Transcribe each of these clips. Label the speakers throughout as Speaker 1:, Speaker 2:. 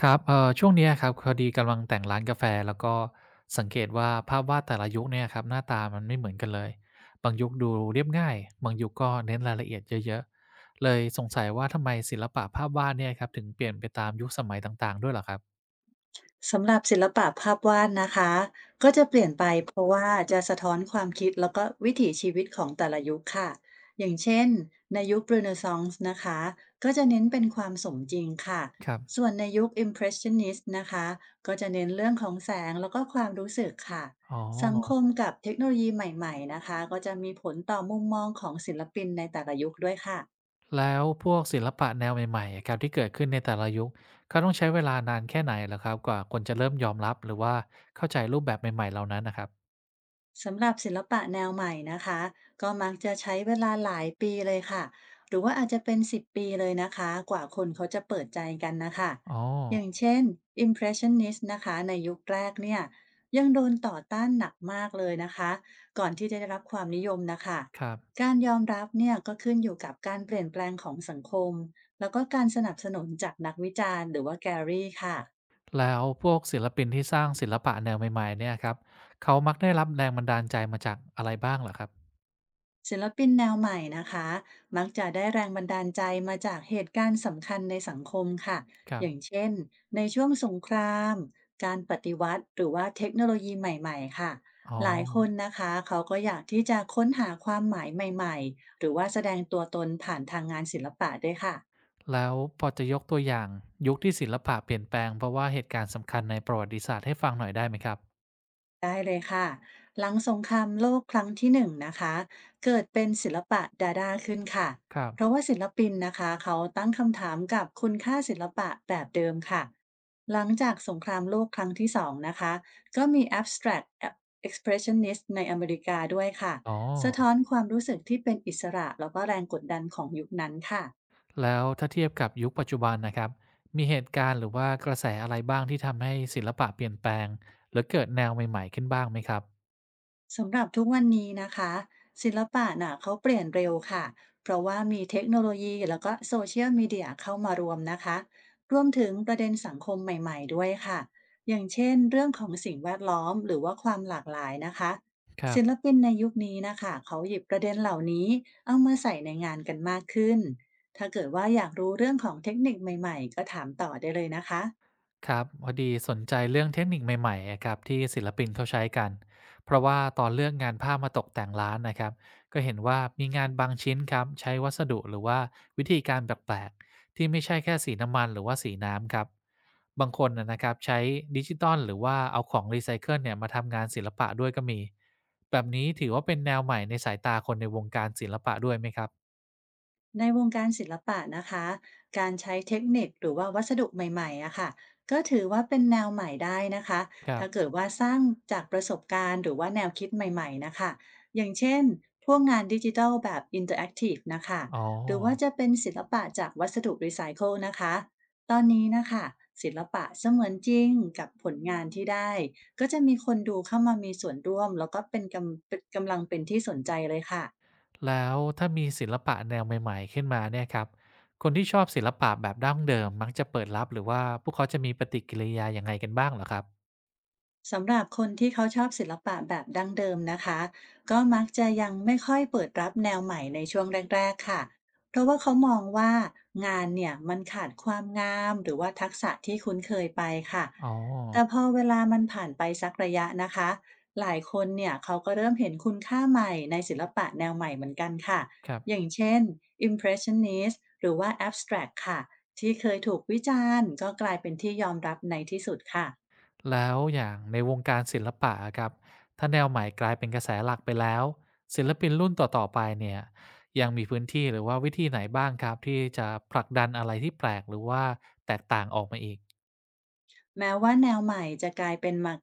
Speaker 1: ครับช่วงเนี้ยครับพอดีกำลังแต่งร้านกาแฟแล้วก็สังเกตว่าภาพวาดแต่ละยุคเนี่ยครับหน้าตามันไม่เหมือนกันเลยบางยุคดูเรียบง่ายบางยุคก็เน้นรายละเอียดเยอะๆเลยสงสัยว่าทำไมศิลปะภาพวาดเนี่ยครับถึงเปลี่ยนไปตามยุคสมัยต่างๆด้วยเหรอครับ
Speaker 2: สำหรับศิลปะภาพวาดนะคะก็จะเปลี่ยนไปเพราะว่าจะสะท้อนความคิดแล้วก็วิถีชีวิตของแต่ละยุคค่ะอย่างเช่นในยุคเรเนซองส์นะคะก็จะเน้นเป็นความสมจริงค่ะ
Speaker 1: ครับ
Speaker 2: ส่วนในยุค Impressionist นะคะก็จะเน้นเรื่องของแสงแล้วก็ความรู้สึกค่ะ
Speaker 1: อ๋อ
Speaker 2: สังคมกับเทคโนโลยีใหม่ๆนะคะก็จะมีผลต่อมุมมองของศิลปินในแต่ละยุคด้วยค่ะ
Speaker 1: แล้วพวกศิลปะแนวใหม่ๆอะครับที่เกิดขึ้นในแต่ละยุคเขาต้องใช้เวลานานแค่ไหนเหรอครับกว่าคนจะเริ่มยอมรับหรือว่าเข้าใจรูปแบบใหม่ๆเหล่านั้นน่ะครับ
Speaker 2: สำหรับศิลปะแนวใหม่นะคะก็มักจะใช้เวลาหลายปีเลยค่ะหรือว่าอาจจะเป็น10ปีเลยนะคะกว่าคนเขาจะเปิดใจกันนะคะ
Speaker 1: อ๋อ
Speaker 2: อย่างเช่น Impressionist นะคะในยุคแรกเนี่ยยังโดนต่อต้านหนักมากเลยนะคะก่อนที่จะได้รับความนิยมนะคะ
Speaker 1: ครับ
Speaker 2: การยอมรับเนี่ยก็ขึ้นอยู่กับการเปลี่ยนแปลงของสังคมแล้วก็การสนับสนุนจากนักวิจารณ์หรือว่าแกลลี่ค่ะ
Speaker 1: แล้วพวกศิลปินที่สร้างศิลปะแนวใหม่ๆเนี่ยครับ เขามักได้รับแรงบันดาลใจมาจากอะไรบ้างเหรอครับ
Speaker 2: ศิลปินแนวใหม่นะคะมักจะได้แรงบันดาลใจมาจากเหตุการณ์สำคัญในสังคมค่ะ
Speaker 1: ครั
Speaker 2: อย่าง
Speaker 1: บ
Speaker 2: เช่นในช่วงสงครามการปฏิวัติหรือว่าเทคโนโลยีใหม่ๆค่ะ
Speaker 1: อ๋อ
Speaker 2: หลายคนนะคะเขาก็อยากที่จะค้นหาความหมายใหม่ๆหรือว่าแสดงตัวตนผ่านทางงานศิลปะด้วยค่ะ
Speaker 1: แล้วพอจะยกตัวอย่างยุคที่ศิลปะเปลี่ยนแปลงเพราะว่าเหตุการณ์สำคัญในประวัติศาสตร์ให้ฟังหน่อยได้ไหมครับ
Speaker 2: ได้เลยค่ะหลังสงครามโลกครั้งที่1นะคะเกิดเป็นศิลปะดาดาขึ้นค่ะ
Speaker 1: ครับ
Speaker 2: เพราะว่าศิลปินนะคะเขาตั้งคำถามกับคุณค่าศิลปะแบบเดิมค่ะหลังจากสงครามโลกครั้งที่2นะคะก็มี abstract expressionist ในอเมริกาด้วยค่ะ
Speaker 1: อ๋อ
Speaker 2: สะท้อนความรู้สึกที่เป็นอิสระแล้วก็แรงกดดันของยุคนั้นค่ะ
Speaker 1: แล้วถ้าเทียบกับยุคปัจจุบันนะครับมีเหตุการณ์หรือว่ากระแสอะไรบ้างที่ทำให้ศิลปะเปลี่ยนแปลงหรือเกิดแนวใหม่ๆขึ้นบ้างไหมครับ
Speaker 2: สำหรับทุกวันนี้นะคะศิลปะน่ะเขาเปลี่ยนเร็วค่ะเพราะว่ามีเทคโนโลยีแล้วก็โซเชียลมีเดียเข้ามารวมนะคะรวมถึงประเด็นสังคมใหม่ๆด้วยค่ะอย่างเช่นเรื่องของสิ่งแวดล้อมหรือว่าความหลากหลายนะคะ
Speaker 1: ครั
Speaker 2: ศิล
Speaker 1: บ
Speaker 2: ปินในยุคนี้นะคะเขาหยิบประเด็นเหล่านี้เอามาใส่ในงานกันมากขึ้นถ้าเกิดว่าอยากรู้เรื่องของเทคนิคใหม่ๆก็ถามต่อได้เลยนะคะ
Speaker 1: ครับพอดีสนใจเรื่องเทคนิคใหม่ๆอะครับที่ศิลปินเขาใช้กันเพราะว่าตอนเลือกงานผ้ามาตกแต่งร้านนะครับก็เห็นว่ามีงานบางชิ้นครับใช้วัสดุหรือว่าวิธีการแปลกๆที่ไม่ใช่แค่สีน้ำมันหรือว่าสีน้ำครับบางคนนะครับใช้ดิจิตอลหรือว่าเอาของรีไซเคิลเนี่ยมาทำงานศิลปะด้วยก็มีแบบนี้ถือว่าเป็นแนวใหม่ในสายตาคนในวงการศิลปะด้วยไหมครับ
Speaker 2: ในวงการศิลปะนะคะการใช้เทคนิคหรือว่าวัสดุใหม่ๆอะค่ะก็ถือว่าเป็นแนวใหม่ได้นะคะ
Speaker 1: ครั
Speaker 2: ถ้าเกิด
Speaker 1: บ
Speaker 2: ว่าสร้างจากประสบการณ์หรือว่าแนวคิดใหม่ๆนะคะอย่างเช่น พวกงานดิจิทัลแบบอินเตอร์แอคทีฟนะคะ
Speaker 1: อ๋อ
Speaker 2: หรือว่าจะเป็นศิลปะจากวัสดุรีไซเคิลนะคะตอนนี้นะคะศิลปะเสมือนจริงกับผลงานที่ได้ ก็จะมีคนดูเข้ามามีส่วนร่วมแล้วก็เป็นกำลังเป็นที่สนใจเลยค่ะ
Speaker 1: แล้วถ้ามีศิลปะแนวใหม่ๆขึ้นมาเนี่ยครับคนที่ชอบศิลปะแบบดั้งเดิมมักจะเปิดรับหรือว่าพวกเขาจะมีปฏิกิริยายังไงกันบ้างเหรอครับ
Speaker 2: สำหรับคนที่เขาชอบศิลปะแบบดั้งเดิมนะคะก็มักจะยังไม่ค่อยเปิดรับแนวใหม่ในช่วงแรกๆค่ะเพราะว่าเขามองว่างานเนี่ยมันขาดความงามหรือว่าทักษะที่คุ้นเคยไปค่ะ
Speaker 1: อ๋อ
Speaker 2: แต่พอเวลามันผ่านไปสักระยะนะคะหลายคนเนี่ยเขาก็เริ่มเห็นคุณค่าใหม่ในศิลปะแนวใหม่เหมือนกันค่ะ
Speaker 1: ครับ
Speaker 2: อย่างเช่น Impressionist หรือว่า Abstract ค่ะที่เคยถูกวิจารณ์ก็กลายเป็นที่ยอมรับในที่สุดค่ะ
Speaker 1: แล้วอย่างในวงการศิลปะอะครับถ้าแนวใหม่กลายเป็นกระแสหลักไปแล้วศิลปินรุ่นต่อๆไปเนี่ยยังมีพื้นที่หรือว่าวิธีไหนบ้างครับที่จะผลักดันอะไรที่แปลกหรือว่าแตกต่างออกมาอีก
Speaker 2: แม้ว่าแนวใหม่จะกลายเป็นมา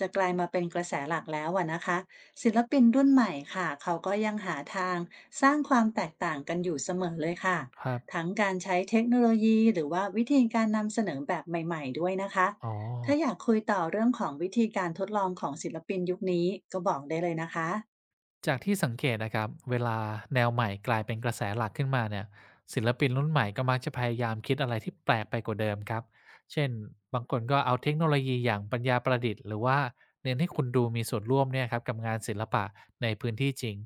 Speaker 2: จะกลายมาเป็นกระแสหลักแล้วอะนะคะศิลปินรุ่นใหม่ค่ะเขาก็ยังหาทางสร้างความแตกต่างกันอยู่เสมอเลยค่ะ
Speaker 1: ครับ
Speaker 2: ทั้งการใช้เทคโนโลยีหรือว่าวิธีการนำเสนอแบบใหม่ๆด้วยนะคะ
Speaker 1: อ๋อ
Speaker 2: ถ้าอยากคุยต่อเรื่องของวิธีการทดลองของศิลปินยุคนี้ก็บอกได้เลยนะคะ
Speaker 1: จากที่สังเกตนะครับเวลาแนวใหม่กลายเป็นกระแสหลักขึ้นมาเนี่ยศิลปินรุ่นใหม่ก็มักจะพยายามคิดอะไรที่แปลกไปกว่าเดิมครับเช่นบางคนก็เอาเทคโนโลยีอย่างปัญญาประดิษฐ์หรือว่าเน้นให้คุณดูมีส่วนร่วมเนี่ยครับกับงานศิลปะในพื้นที่จริง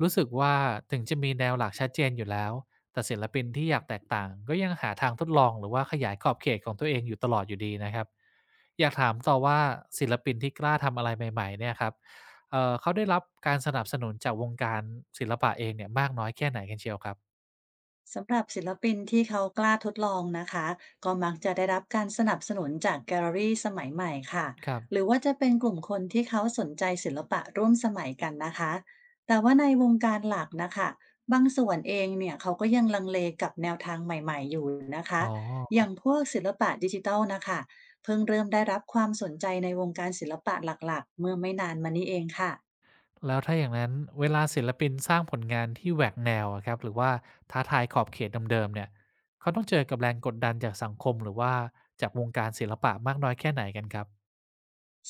Speaker 1: รู้สึกว่าถึงจะมีแนวหลักชัดเจนอยู่แล้วแต่ศิลปินที่อยากแตกต่างก็ยังหาทางทดลองหรือว่าขยายขอบเขตของตัวเองอยู่ตลอดอยู่ดีนะครับอยากถามต่อว่าศิลปินที่กล้าทำอะไรใหม่ๆเนี่ยครับ เขาได้รับการสนับสนุนจากวงการศิลปะเองเนี่ยมากน้อยแค่ไหนกันเชียวครับ
Speaker 2: สำหรับศิลปินที่เขากล้าทดลองนะคะก็มักจะได้รับการสนับสนุนจากแกลเลอรี่สมัยใหม่ค่ะ
Speaker 1: ครับ
Speaker 2: หรือว่าจะเป็นกลุ่มคนที่เขาสนใจศิลปะร่วมสมัยกันนะคะแต่ว่าในวงการหลักนะคะบางส่วนเองเนี่ยเขาก็ยังลังเลกับแนวทางใหม่ๆอยู่นะคะ
Speaker 1: อ๋อ
Speaker 2: อย่างพวกศิลปะดิจิทัลนะคะเพิ่งเริ่มได้รับความสนใจในวงการศิลปะหลักๆเมื่อไม่นานมานี้เองค่ะ
Speaker 1: แล้วถ้าอย่างนั้นเวลาศิลปินสร้างผลงานที่แหวกแนวอะครับหรือว่าท้าทายขอบเขตเดิมๆเนี่ยเขาต้องเจอกับแรงกดดันจากสังคมหรือว่าจากวงการศิลปะมากน้อยแค่ไหนกันครับ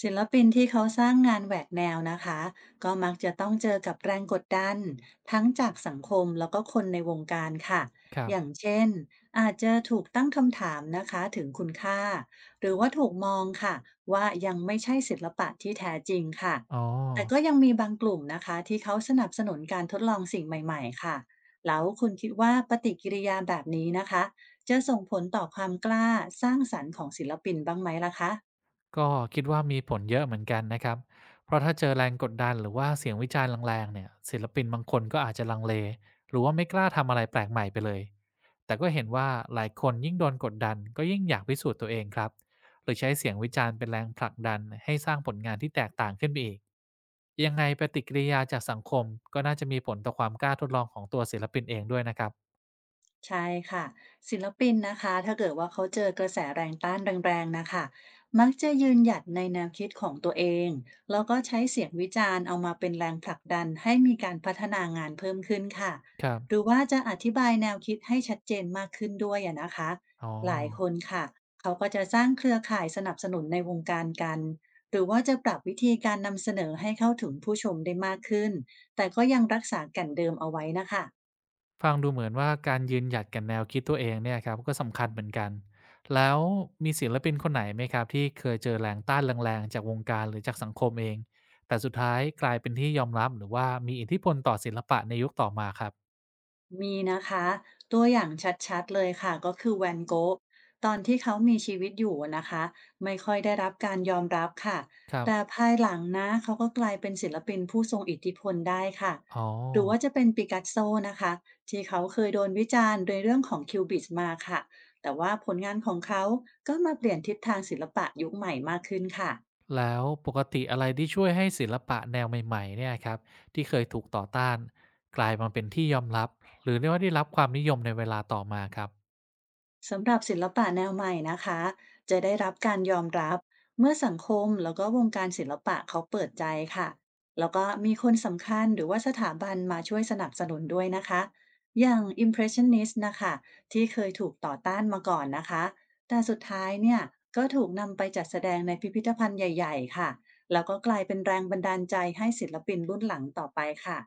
Speaker 2: ศิลปินที่เขาสร้างงานแหวกแนวนะคะก็มักจะต้องเจอกับแรงกดดันทั้งจากสังคมแล้วก็คนในวงการค่ะ
Speaker 1: ครั
Speaker 2: อ
Speaker 1: บ
Speaker 2: ย่างเช่นอาจจะถูกตั้งคำถามนะคะถึงคุณค่าหรือว่าถูกมองค่ะว่ายังไม่ใช่ศิลปะที่แท้จริงค่ะ
Speaker 1: อ๋อ
Speaker 2: แต่ก็ยังมีบางกลุ่มนะคะที่เขาสนับสนุนการทดลองสิ่งใหม่ๆค่ะแล้วคุณคิดว่าปฏิกิริยาแบบนี้นะคะจะส่งผลต่อความกล้าสร้างสรรค์ของศิลปินบ้างไหมล่ะคะ
Speaker 1: ก็คิดว่ามีผลเยอะเหมือนกันนะครับ เพราะถ้าเจอแรงกดดันหรือว่าเสียงวิจารณ์แรงๆเนี่ยศิลปินบางคนก็อาจจะลังเลหรือว่าไม่กล้าทำอะไรแปลกใหม่ไปเลยแต่ก็เห็นว่าหลายคนยิ่งโดนกดดันก็ยิ่งอยากพิสูจน์ตัวเองครับ หรือใช้เสียงวิจารณ์เป็นแรงผลักดันให้สร้างผลงานที่แตกต่างขึ้นไปอีกยังไงปฏิกิริยาจากสังคมก็น่าจะมีผลต่อความกล้าทดลองของตัวศิลปินเองด้วยนะครับ
Speaker 2: ใช่ค่ะศิลปินนะคะถ้าเกิดว่าเขาเจอกระแสแรงต้านแรงๆนะคะมักจะยืนหยัดในแนวคิดของตัวเองแล้วก็ใช้เสียงวิจารณ์เอามาเป็นแรงผลักดันให้มีการพัฒนางานเพิ่มขึ้นค่ะ
Speaker 1: ครั
Speaker 2: หรือ
Speaker 1: บ
Speaker 2: ว่าจะอธิบายแนวคิดให้ชัดเจนมากขึ้นด้วยอะนะคะ
Speaker 1: อ๋อ
Speaker 2: หลายคนค่ะเขาก็จะสร้างเครือข่ายสนับสนุนในวงการกันหรือว่าจะปรับวิธีการนำเสนอให้เข้าถึงผู้ชมได้มากขึ้นแต่ก็ยังรักษาแก่นเดิมเอาไว้นะคะ
Speaker 1: ฟังดูเหมือนว่าการยืนหยัดกับแนวคิดตัวเองเนี่ยครับก็สำคัญเหมือนกันแล้วมีศิลปินคนไหนไหมครับที่เคยเจอแรงต้านแรงๆจากวงการหรือจากสังคมเองแต่สุดท้ายกลายเป็นที่ยอมรับหรือว่ามีอิทธิพลต่อศิลปะในยุคต่อมาครับ
Speaker 2: มีนะคะตัวอย่างชัดๆเลยค่ะก็คือแวนโกะตอนที่เขามีชีวิตอยู่นะคะไม่ค่อยได้รับการยอมรับค่ะ
Speaker 1: ครั
Speaker 2: แต่
Speaker 1: บ
Speaker 2: ภายหลังนะเขาก็กลายเป็นศิลปินผู้ทรงอิทธิพลได้ค่ะ
Speaker 1: อ๋อ
Speaker 2: หรือว่าจะเป็นปิกัสโซนะคะที่เขาเคยโดนวิจารณ์ในเรื่องของคิวบิสมาค่ะแต่ว่าผลงานของเขาก็มาเปลี่ยนทิศทางศิลปะยุคใหม่มากขึ้นค่ะ
Speaker 1: แล้วปกติอะไรที่ช่วยให้ศิลปะแนวใหม่ๆเนี่ยครับที่เคยถูกต่อต้านกลายมาเป็นที่ยอมรับหรือเรียกว่าได้รับความนิยมในเวลาต่อมาครับ
Speaker 2: สำหรับศิลปะแนวใหม่นะคะจะได้รับการยอมรับเมื่อสังคมแล้วก็วงการศิลปะเขาเปิดใจค่ะแล้วก็มีคนสำคัญหรือว่าสถาบันมาช่วยสนับสนุนด้วยนะคะอย่าง Impressionist นนิสต์นะคะที่เคยถูกต่อต้านมาก่อนนะคะแต่สุดท้ายเนี่ยก็ถูกนำไปจัดแสดงในพิพิธภัณฑ์ใหญ่ๆค่ะแล้วก็กลายเป็นแรงบันดาลใจให้ศิลปินรุ่นหลังต่อไปค่ะ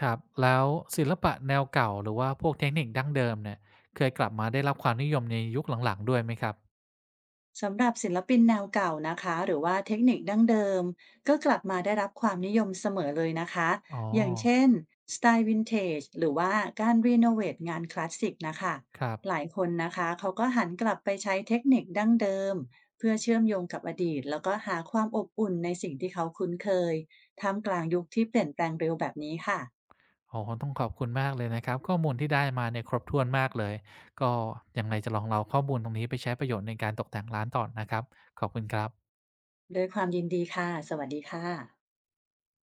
Speaker 1: ครับแล้วศิลปะแนวเก่าหรือว่าพวกเทคนิคดั้งเดิมเนี่ยเคยกลับมาได้รับความนิยมในยุคหลังๆด้วยไหมครับ
Speaker 2: สำหรับศิลปินแนวเก่านะคะหรือว่าเทคนิคดั้งเดิมก็กลับมาได้รับความนิยมเสมอเลยนะคะ
Speaker 1: อ๋อ
Speaker 2: อย่างเช่นสไตล์วินเทจหรือว่าการรีโนเวทงานคลาสสิกนะคะ
Speaker 1: ครับ
Speaker 2: หลายคนนะคะเขาก็หันกลับไปใช้เทคนิคดั้งเดิมเพื่อเชื่อมโยงกับอดีตแล้วก็หาความอบอุ่นในสิ่งที่เขาคุ้นเคยท่ามกลางยุคที่เปลี่ยนแปลงเร็วแบบนี้ค่ะ
Speaker 1: โอ้โฮต้องขอบคุณมากเลยนะครับข้อมูลที่ได้มาเนี่ยครบถ้วนมากเลยก็ยังไงจะลองเอาข้อมูลตรงนี้ไปใช้ประโยชน์ในการตกแต่งร้านต่อนะครับขอบคุณครับ
Speaker 2: ด้วยความยินดีค่ะสวัสดีค่ะ